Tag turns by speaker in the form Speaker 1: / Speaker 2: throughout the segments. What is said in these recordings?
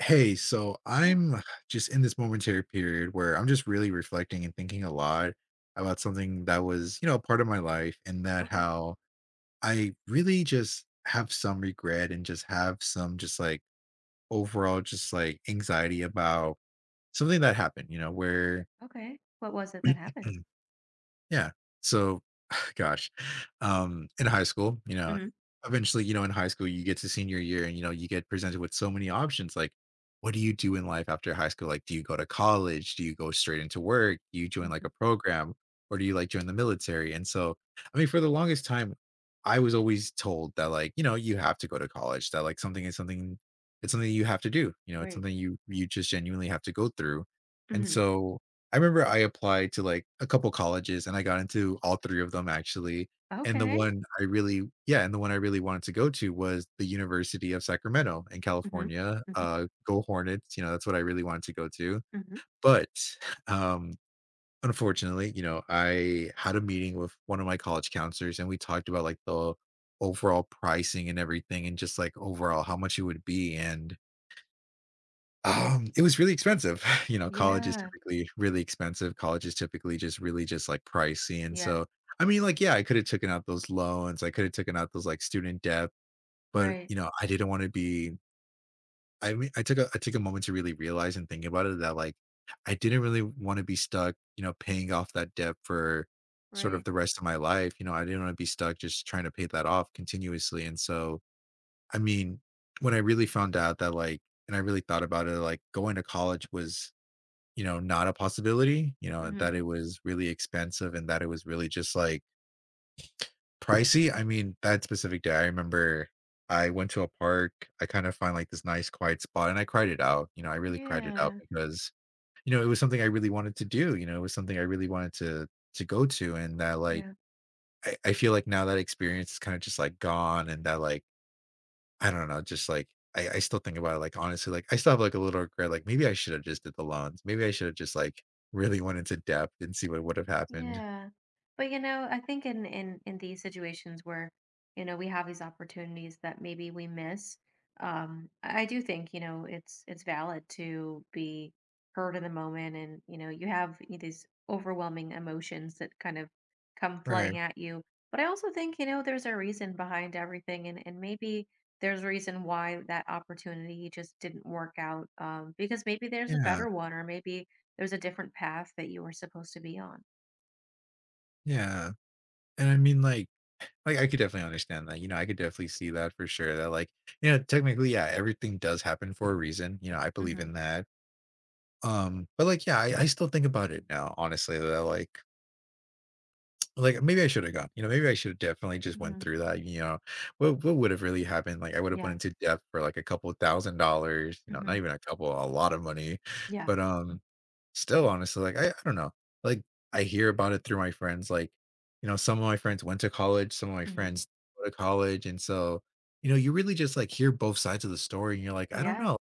Speaker 1: Hey, so
Speaker 2: Hey,
Speaker 1: I'm just in this momentary period where I'm just really reflecting and thinking a lot about something that was, you know, a part of my life and that
Speaker 2: okay,
Speaker 1: how I really just have some regret and just have some just like overall just like anxiety about something that happened, you know, where
Speaker 2: okay. What was it that happened?
Speaker 1: Yeah. So, gosh, in high school, you know,
Speaker 2: Mhm,
Speaker 1: eventually, you know, in high school, you get to senior year and, you know, you get presented with so many options. Like, what do you do in life after high school? Like, do you go to college? Do you go straight into work? Do you join like
Speaker 2: mhm,
Speaker 1: a program or do you like join the military? And so, I mean, for the longest time, I was always told that, like, you know, you have to go to college, that like something is something, it's something you have to do. You know, it's
Speaker 2: right.
Speaker 1: something you just genuinely have to go through. And
Speaker 2: Mhm.
Speaker 1: so I remember I applied to, like, a couple colleges, and I got into all 3 of them, actually, and the
Speaker 2: Okay.
Speaker 1: one I really yeah, and the one I really wanted to go to was the University of Sacramento in
Speaker 2: Mhm,
Speaker 1: California,
Speaker 2: mhm,
Speaker 1: go Hornets, you know, that's what I really wanted to go to,
Speaker 2: mhm.
Speaker 1: but, um, unfortunately, you know, I had a meeting with one of my college counselors, and we talked about, like, the overall pricing and everything and just, like, overall how much it would be, and it was really expensive. You know, college is
Speaker 2: Yeah,
Speaker 1: typically really expensive. College is typically just really just, like, pricey, and
Speaker 2: yeah,
Speaker 1: so I mean, like, yeah, I could have taken out those loans. I could have taken out those, like, student debt, but,
Speaker 2: right,
Speaker 1: you know, I didn't wanna be I mean, I took a moment to really realize and think about it that, like, I didn't really wanna be stuck, you know, paying off that debt for sort of
Speaker 2: right.
Speaker 1: the rest of my life. You know, I didn't wanna be stuck just trying to pay that off continuously, and so, I mean, when I really found out that like and I really thought about it, like going to college was, you know, not a possibility, you know, and that
Speaker 2: Mhm.
Speaker 1: it was really expensive and that it was really just like pricey. I mean, that specific day, I remember I went to a park. I kind of find like this nice quiet spot and I cried it out. You know, I really cried it out
Speaker 2: Yeah,
Speaker 1: because, you know, it was something I really wanted to do. You know, it was something I really wanted to go to. And that like
Speaker 2: yeah.
Speaker 1: I feel like now that experience is kind of just like gone and that like I don't know, just like I still think about it, like, honestly. Like, I still have, like, a little regret, like, maybe I should have just did the loans. Maybe I should have just, like, really went into depth and see what would have happened.
Speaker 2: Yeah. But you know, I think in these situations where, you know, we have these opportunities that maybe we miss, I do think, you know, it's valid to be heard in the moment and, you know, you have these overwhelming emotions that kind of come
Speaker 1: Right.
Speaker 2: flooding at you. But I also think, you know, there's a reason behind everything and maybe there's a reason why that opportunity just didn't work out, because maybe there's a
Speaker 1: Yeah.
Speaker 2: better one or maybe there's a different path that you were supposed to be on.
Speaker 1: Yeah. And I mean, like, I could definitely understand that. You know, I could definitely see that for sure that, like, you know, technically, yeah, everything does happen for a reason, you know, I believe
Speaker 2: Mhm,
Speaker 1: in that. But, like, yeah, I still think about it now, honestly, that, like maybe I should have gone. You know, maybe I should have definitely just went
Speaker 2: mhm,
Speaker 1: through that. You know, what would have really happened? Like I would have went
Speaker 2: yeah,
Speaker 1: into debt for like a couple $1,000s. You know, not
Speaker 2: mhm,
Speaker 1: even a couple, a lot of money.
Speaker 2: yeah,
Speaker 1: But still, honestly, like I don't know. Like I hear about it through my friends. Like, you know, some of my friends went to college. Some of my
Speaker 2: mhm,
Speaker 1: friends go to college, and so you know, you really just like hear both sides of the story, and you're like, I don't
Speaker 2: yeah,
Speaker 1: know,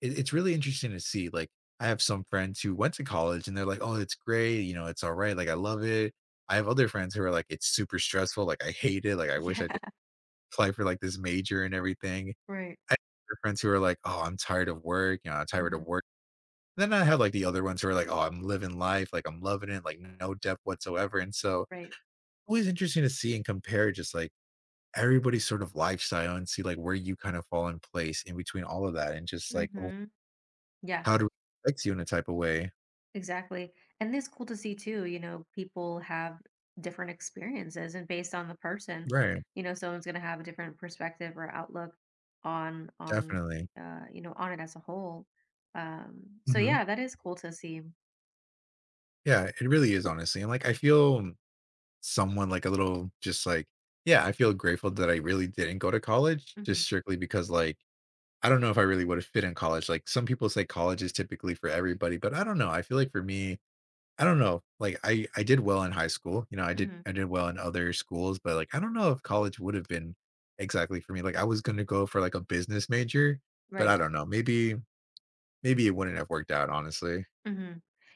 Speaker 1: it, it's really interesting to see. Like, I have some friends who went to college and they're like, oh, it's great. You know, it's all right. Like, I love it. I have other friends who are like, it's super stressful. Like, I hate it. Like, I wish I did
Speaker 2: yeah,
Speaker 1: not apply for like this major and everything.
Speaker 2: right,
Speaker 1: I have other friends who are like, oh, I'm tired of work. You know, I'm tired of
Speaker 2: mhm,
Speaker 1: work. Then I have like the other ones who are like, oh, I'm living life. Like, I'm loving it. Like, no depth whatsoever. And so,
Speaker 2: right,
Speaker 1: always interesting to see and compare just like everybody's sort of lifestyle and see like where you kind of fall in place in between all of that and just like oh,
Speaker 2: mhm, yeah,
Speaker 1: how do it affect you in a type of way.
Speaker 2: exactly. And it's cool to see too, you know, people have different experiences and based on the person,
Speaker 1: Right,
Speaker 2: you know, someone's going to have a different perspective or outlook on
Speaker 1: definitely.
Speaker 2: you know, on it as a whole. So
Speaker 1: Mhm.
Speaker 2: yeah, that is cool to see.
Speaker 1: Yeah, it really is, honestly, and, like, I feel someone, like, a little just, like yeah, I feel grateful that I really didn't go to college just
Speaker 2: Mhm,
Speaker 1: strictly because, like, I don't know if I really would've fit in college. Like, some people say college is typically for everybody, but I don't know, I feel like for me I don't know, like, I did well in high school. You know,
Speaker 2: mhm,
Speaker 1: I did well in other schools, but, like, I don't know if college would've been exactly for me. Like, I was gonna go for, like, a business major, but I
Speaker 2: right.
Speaker 1: don't know, maybe it wouldn't have worked out, honestly.
Speaker 2: Hmm.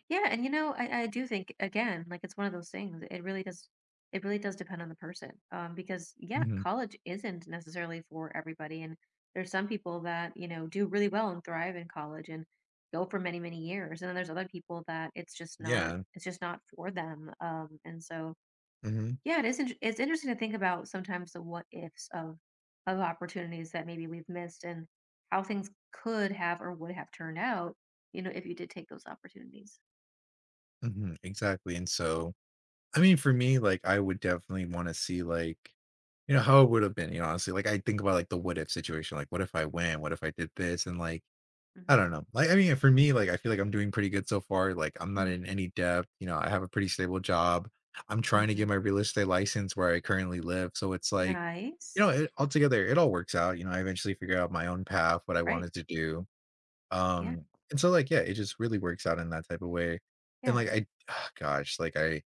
Speaker 2: Yeah, and you know, I do think again, like it's one of those things. It really does. It really does depend on the person, because yeah,
Speaker 1: Mhm.
Speaker 2: college isn't necessarily for everybody, and there's some people that you know do really well and thrive in college and go for many many years, and then there's other people that it's just not
Speaker 1: Yeah.
Speaker 2: it's just not for them. And so
Speaker 1: Hmm.
Speaker 2: yeah, it is. It's interesting to think about sometimes the what ifs of opportunities that maybe we've missed and how things could have or would have turned out, you know, if you did take those opportunities.
Speaker 1: Hmm. Exactly. And so, I mean, for me, like, I would definitely want to see, like, you know, how it would have been, you know, honestly. Like, I think about, like, the what if situation. Like, what if I win? What if I did this? And, like, I
Speaker 2: Mhm,
Speaker 1: don't know. Like, I mean, for me, like, I feel like I'm doing pretty good so far. Like, I'm not
Speaker 2: mm,
Speaker 1: in any debt. You know, I have a pretty stable job. I'm trying to get
Speaker 2: mhm.
Speaker 1: my real estate license where I currently live. So it's like, you know,
Speaker 2: Nice.
Speaker 1: it, altogether, it all works out. You know, I eventually figure out my own path, what I
Speaker 2: Right.
Speaker 1: wanted to do.
Speaker 2: Yeah.
Speaker 1: Um, and so, like, yeah, it just really works out in that type of way, and,
Speaker 2: Yeah.
Speaker 1: like, I ah, gosh, like,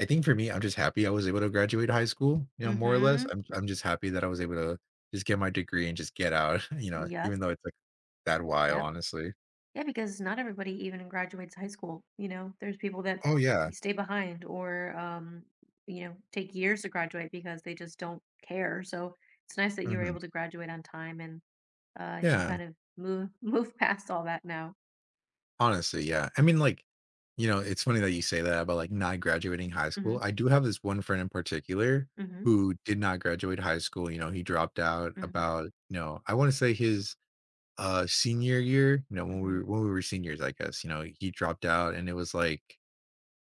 Speaker 1: I think for me, I'm just happy I was able to graduate high school, you know, more or less.
Speaker 2: Mhm.
Speaker 1: I'm just happy that I was able to just get my degree and just get out, you know,
Speaker 2: Yep.
Speaker 1: even though it took that while,
Speaker 2: Yep.
Speaker 1: honestly.
Speaker 2: Yeah, because not everybody even graduates high school, you know. There's people that
Speaker 1: Oh, yeah.
Speaker 2: stay behind or, you know, take years to graduate because they just don't care. So it's nice that you were
Speaker 1: Mhm.
Speaker 2: able to graduate on time and you can
Speaker 1: Yeah.
Speaker 2: kind of move move past all that now.
Speaker 1: Honestly, yeah. I mean, like, you know, it's funny that you say that about, like, not graduating high school.
Speaker 2: Mhm.
Speaker 1: I do have this one friend in particular
Speaker 2: Mhm.
Speaker 1: who did not graduate high school. You know, he dropped out
Speaker 2: Mhm.
Speaker 1: about, you know, I wanna say his uh, senior year, you know,
Speaker 2: Mhm.
Speaker 1: when we were seniors, I guess, you know, he dropped out and it was like,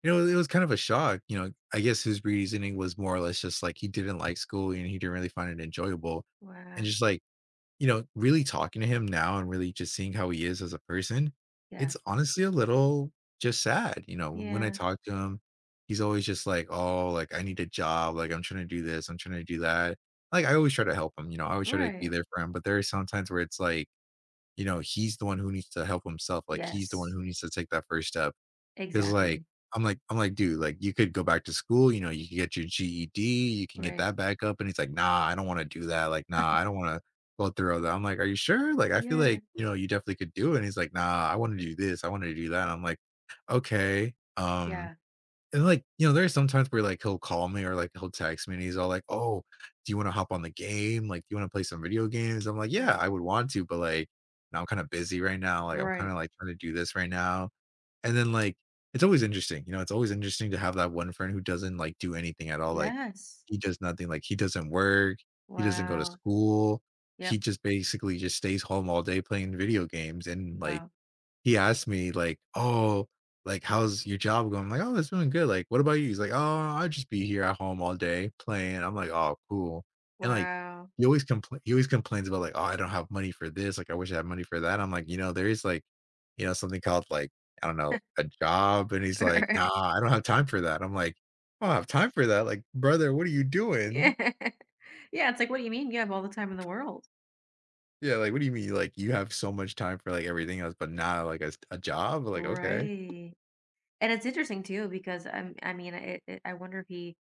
Speaker 1: you know, it was kind of a shock. You know, I guess his reasoning was more or less just like he didn't like school and he didn't really find it enjoyable. And
Speaker 2: Wow.
Speaker 1: just like, you know, really talking to him now and really just seeing how he is as a person,
Speaker 2: Yeah.
Speaker 1: it's honestly a little just sad. You know, when I
Speaker 2: Yeah.
Speaker 1: talk to him, he's always just like, oh, like I need a job, like I'm trying to do this, I'm trying to do that. Like I always try to help him, you know, I always try to be
Speaker 2: Right.
Speaker 1: there for him. But there are some times where it's like, you know, he's the one who needs to help himself. Like, he's the one
Speaker 2: Yes.
Speaker 1: who needs to take that first step. Because, like
Speaker 2: Exactly.
Speaker 1: I'm like, "Dude, like, you could go back to school, you know, you could get your GED, you can get
Speaker 2: Right.
Speaker 1: that back up," and he's like, "Nah, I don't wanna do that, like, nah, I don't wanna go through all that." I'm like, "Are you sure? Like, I feel like,
Speaker 2: Yeah.
Speaker 1: you know, you definitely could do it," and he's like, "Nah, I wanna do this, I wanna do that." I'm like, "Okay, um,"
Speaker 2: Yeah.
Speaker 1: and like, you know, there's sometimes where like he'll call me or like he'll text me and he's all like, "Oh, do you want to hop on the game? Like, do you want to play some video games?" I'm like, "Yeah,
Speaker 2: Right.
Speaker 1: I would want to, but like, now I'm kind of busy right now. Like, I'm kind
Speaker 2: Right.
Speaker 1: of like trying to do this right now." And then like, it's always interesting, you know, it's always interesting to have that one friend who doesn't like do anything at all. Like,
Speaker 2: Yes.
Speaker 1: he does nothing. Like, he doesn't work. He doesn't go to
Speaker 2: Wow.
Speaker 1: school. He
Speaker 2: Yep.
Speaker 1: just basically just stays home all day playing video games and like
Speaker 2: Wow.
Speaker 1: he asked me like, "Oh, like how's your job going?" I'm like, "Oh, it's doing good." Like, "What about you?" He's like, "Oh, I just be here at home all day playing." I'm like, "Oh, cool." And like
Speaker 2: Wow.
Speaker 1: he always complains about like, "Oh, I don't have money for this. Like, I wish I had money for that." I'm like, "You know, there is like, something called like I don't know, a job." And he's like,
Speaker 2: Right.
Speaker 1: "Nah, I don't have time for that." I'm like, "I don't have
Speaker 2: What?
Speaker 1: time for that." Like, brother, what are you doing?
Speaker 2: Yeah. Yeah, it's like, what do you mean you have all the time in the world?
Speaker 1: Yeah, like what do you mean? Like you have so much time for like everything else, but not like a job? Like okay,
Speaker 2: Right. And it's interesting too because I wonder if he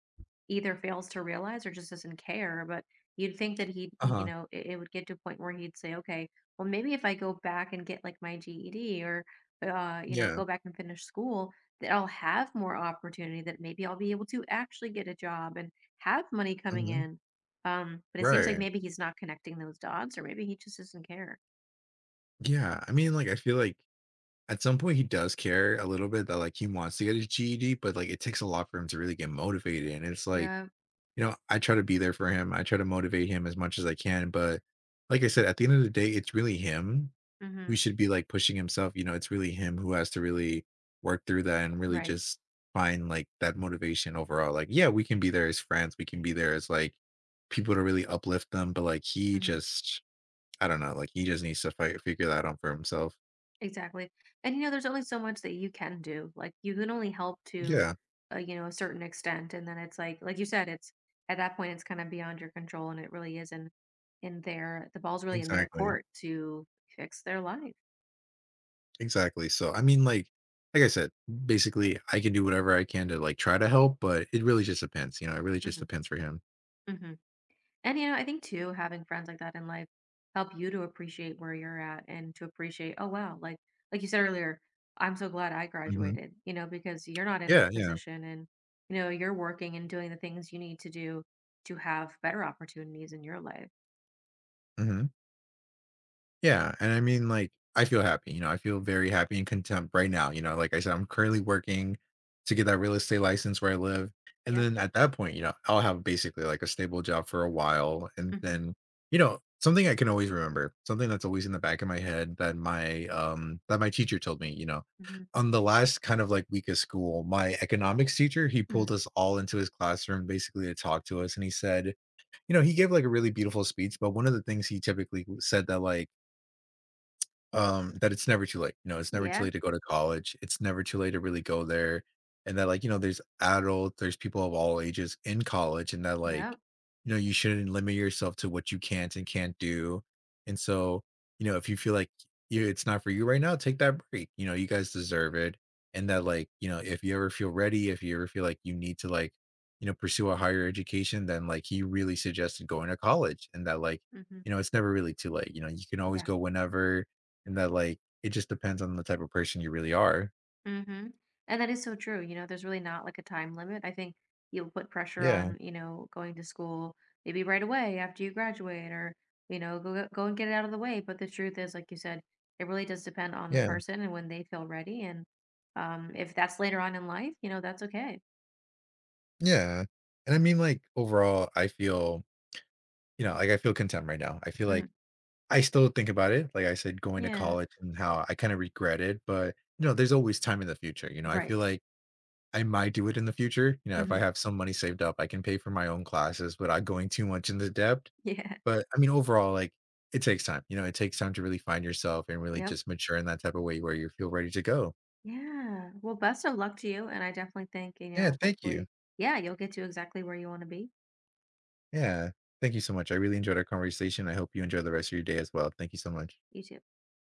Speaker 2: either fails to realize or just doesn't care. But you'd think that he,
Speaker 1: uh
Speaker 2: he you
Speaker 1: huh,
Speaker 2: know, it would get to a point where he'd say, okay, well, maybe if I go back and get like my GED or, you know,
Speaker 1: yeah,
Speaker 2: go back and finish school, that I'll have more opportunity. That maybe I'll be able to actually get a job and have money coming
Speaker 1: mhm.
Speaker 2: in. But it seems like
Speaker 1: Right.
Speaker 2: maybe he's not connecting those dots, or maybe he just doesn't care.
Speaker 1: Yeah. I mean, like, I feel like at some point he does care a little bit that like he wants to get his GED, but like it takes a lot for him to really get motivated. And it's like,
Speaker 2: Yeah.
Speaker 1: I try to be there for him. I try to motivate him as much as I can. But like I said, at the end of the day, it's really him
Speaker 2: Hmm.
Speaker 1: who should be like pushing himself. It's really him who has to really work through that and really
Speaker 2: Right.
Speaker 1: just find like that motivation overall. Like, yeah, we can be there as friends. We can be there as like people to really uplift them. But like he
Speaker 2: Hmm.
Speaker 1: just I don't know, like, he just needs to fi figure that out for himself.
Speaker 2: Exactly. And you know, there's only so much that you can do. Like you can only help to,
Speaker 1: Yeah,
Speaker 2: you know, a certain extent, and then it's like you said, it's at that point it's kind of beyond your control, and it really isn't in their the ball's really in their
Speaker 1: exactly,
Speaker 2: court to fix their life.
Speaker 1: exactly, so, I mean, like I said, basically, I can do whatever I can to, like, try to help, but it really just depends, it really just
Speaker 2: Hmm.
Speaker 1: depends for him.
Speaker 2: Hmm. And you know, I think too, having friends like that in life help you to appreciate where you're at and to appreciate, oh wow, like you said earlier, I'm so glad I
Speaker 1: Mhm.
Speaker 2: graduated, you know, because you're not in that
Speaker 1: Yeah, yeah.
Speaker 2: position and you know, you're working and doing the things you need to do to have better opportunities in your life.
Speaker 1: Mhm. Yeah, and I mean, like, I feel happy, I feel very happy and content right now, like I said, I'm currently working to get that real estate license where I live, and
Speaker 2: Yep.
Speaker 1: then at that point, I'll have basically, like, a stable job for a while, and
Speaker 2: Mhm.
Speaker 1: then, something I can always remember, something that's always in the back of my head that my teacher told me,
Speaker 2: Mhm.
Speaker 1: on the last kind of, like, week of school, my economics teacher, he pulled
Speaker 2: Mhm.
Speaker 1: us all into his classroom basically to talk to us, and he said he gave, like, a really beautiful speech, but one of the things he typically said that, like that it's never too late, it's never too
Speaker 2: Yeah.
Speaker 1: late to go to college, it's never too late to really go there, and that, like, you know, there's adult there's people of all ages in college, and that, like,
Speaker 2: Yep.
Speaker 1: you shouldn't limit yourself to what you can't and can't do, and so, if you feel like you it's not for you right now, take that break, you guys deserve it, and that, like, if you ever feel ready, if you ever feel like you need to, like, pursue a higher education, then, like, he really suggested going to college, and that, like,
Speaker 2: Mhm.
Speaker 1: it's never really too late, you can always
Speaker 2: Yeah.
Speaker 1: go whenever, and that, like, it just depends on the type of person you really are.
Speaker 2: Mm-hmm. And that is so true. You know, there's really not like a time limit. I think you'll put pressure
Speaker 1: Yeah,
Speaker 2: on, you know, going to school maybe right away after you graduate or, you know, go and get it out of the way. But the truth is, like you said, it really does depend on the
Speaker 1: yeah,
Speaker 2: person and when they feel ready. And if that's later on in life, you know, that's okay.
Speaker 1: yeah. And I mean, like, overall, I feel, like, I feel content right now. I feel
Speaker 2: Hmm.
Speaker 1: like I still think about it, like I said, going to
Speaker 2: Yeah.
Speaker 1: college and how I kinda regret it, but, there's always time in the future, I feel
Speaker 2: Right.
Speaker 1: like I might do it in the future, if I
Speaker 2: Hmm.
Speaker 1: have some money saved up, I can pay for my own classes without going too much into debt,
Speaker 2: Yeah.
Speaker 1: but, I mean, overall, like, it takes time, it takes time to really find yourself and really
Speaker 2: Yep.
Speaker 1: just mature in that type of way where you feel ready to go.
Speaker 2: Yeah. Well, best of luck to you. And I definitely think, you
Speaker 1: Yeah,
Speaker 2: know,
Speaker 1: thank you.
Speaker 2: hopefully, yeah, you'll get to exactly where you want to be.
Speaker 1: Yeah. Thank you so much. I really enjoyed our conversation. I hope you enjoy the rest of your day as well. Thank you so much.
Speaker 2: You too.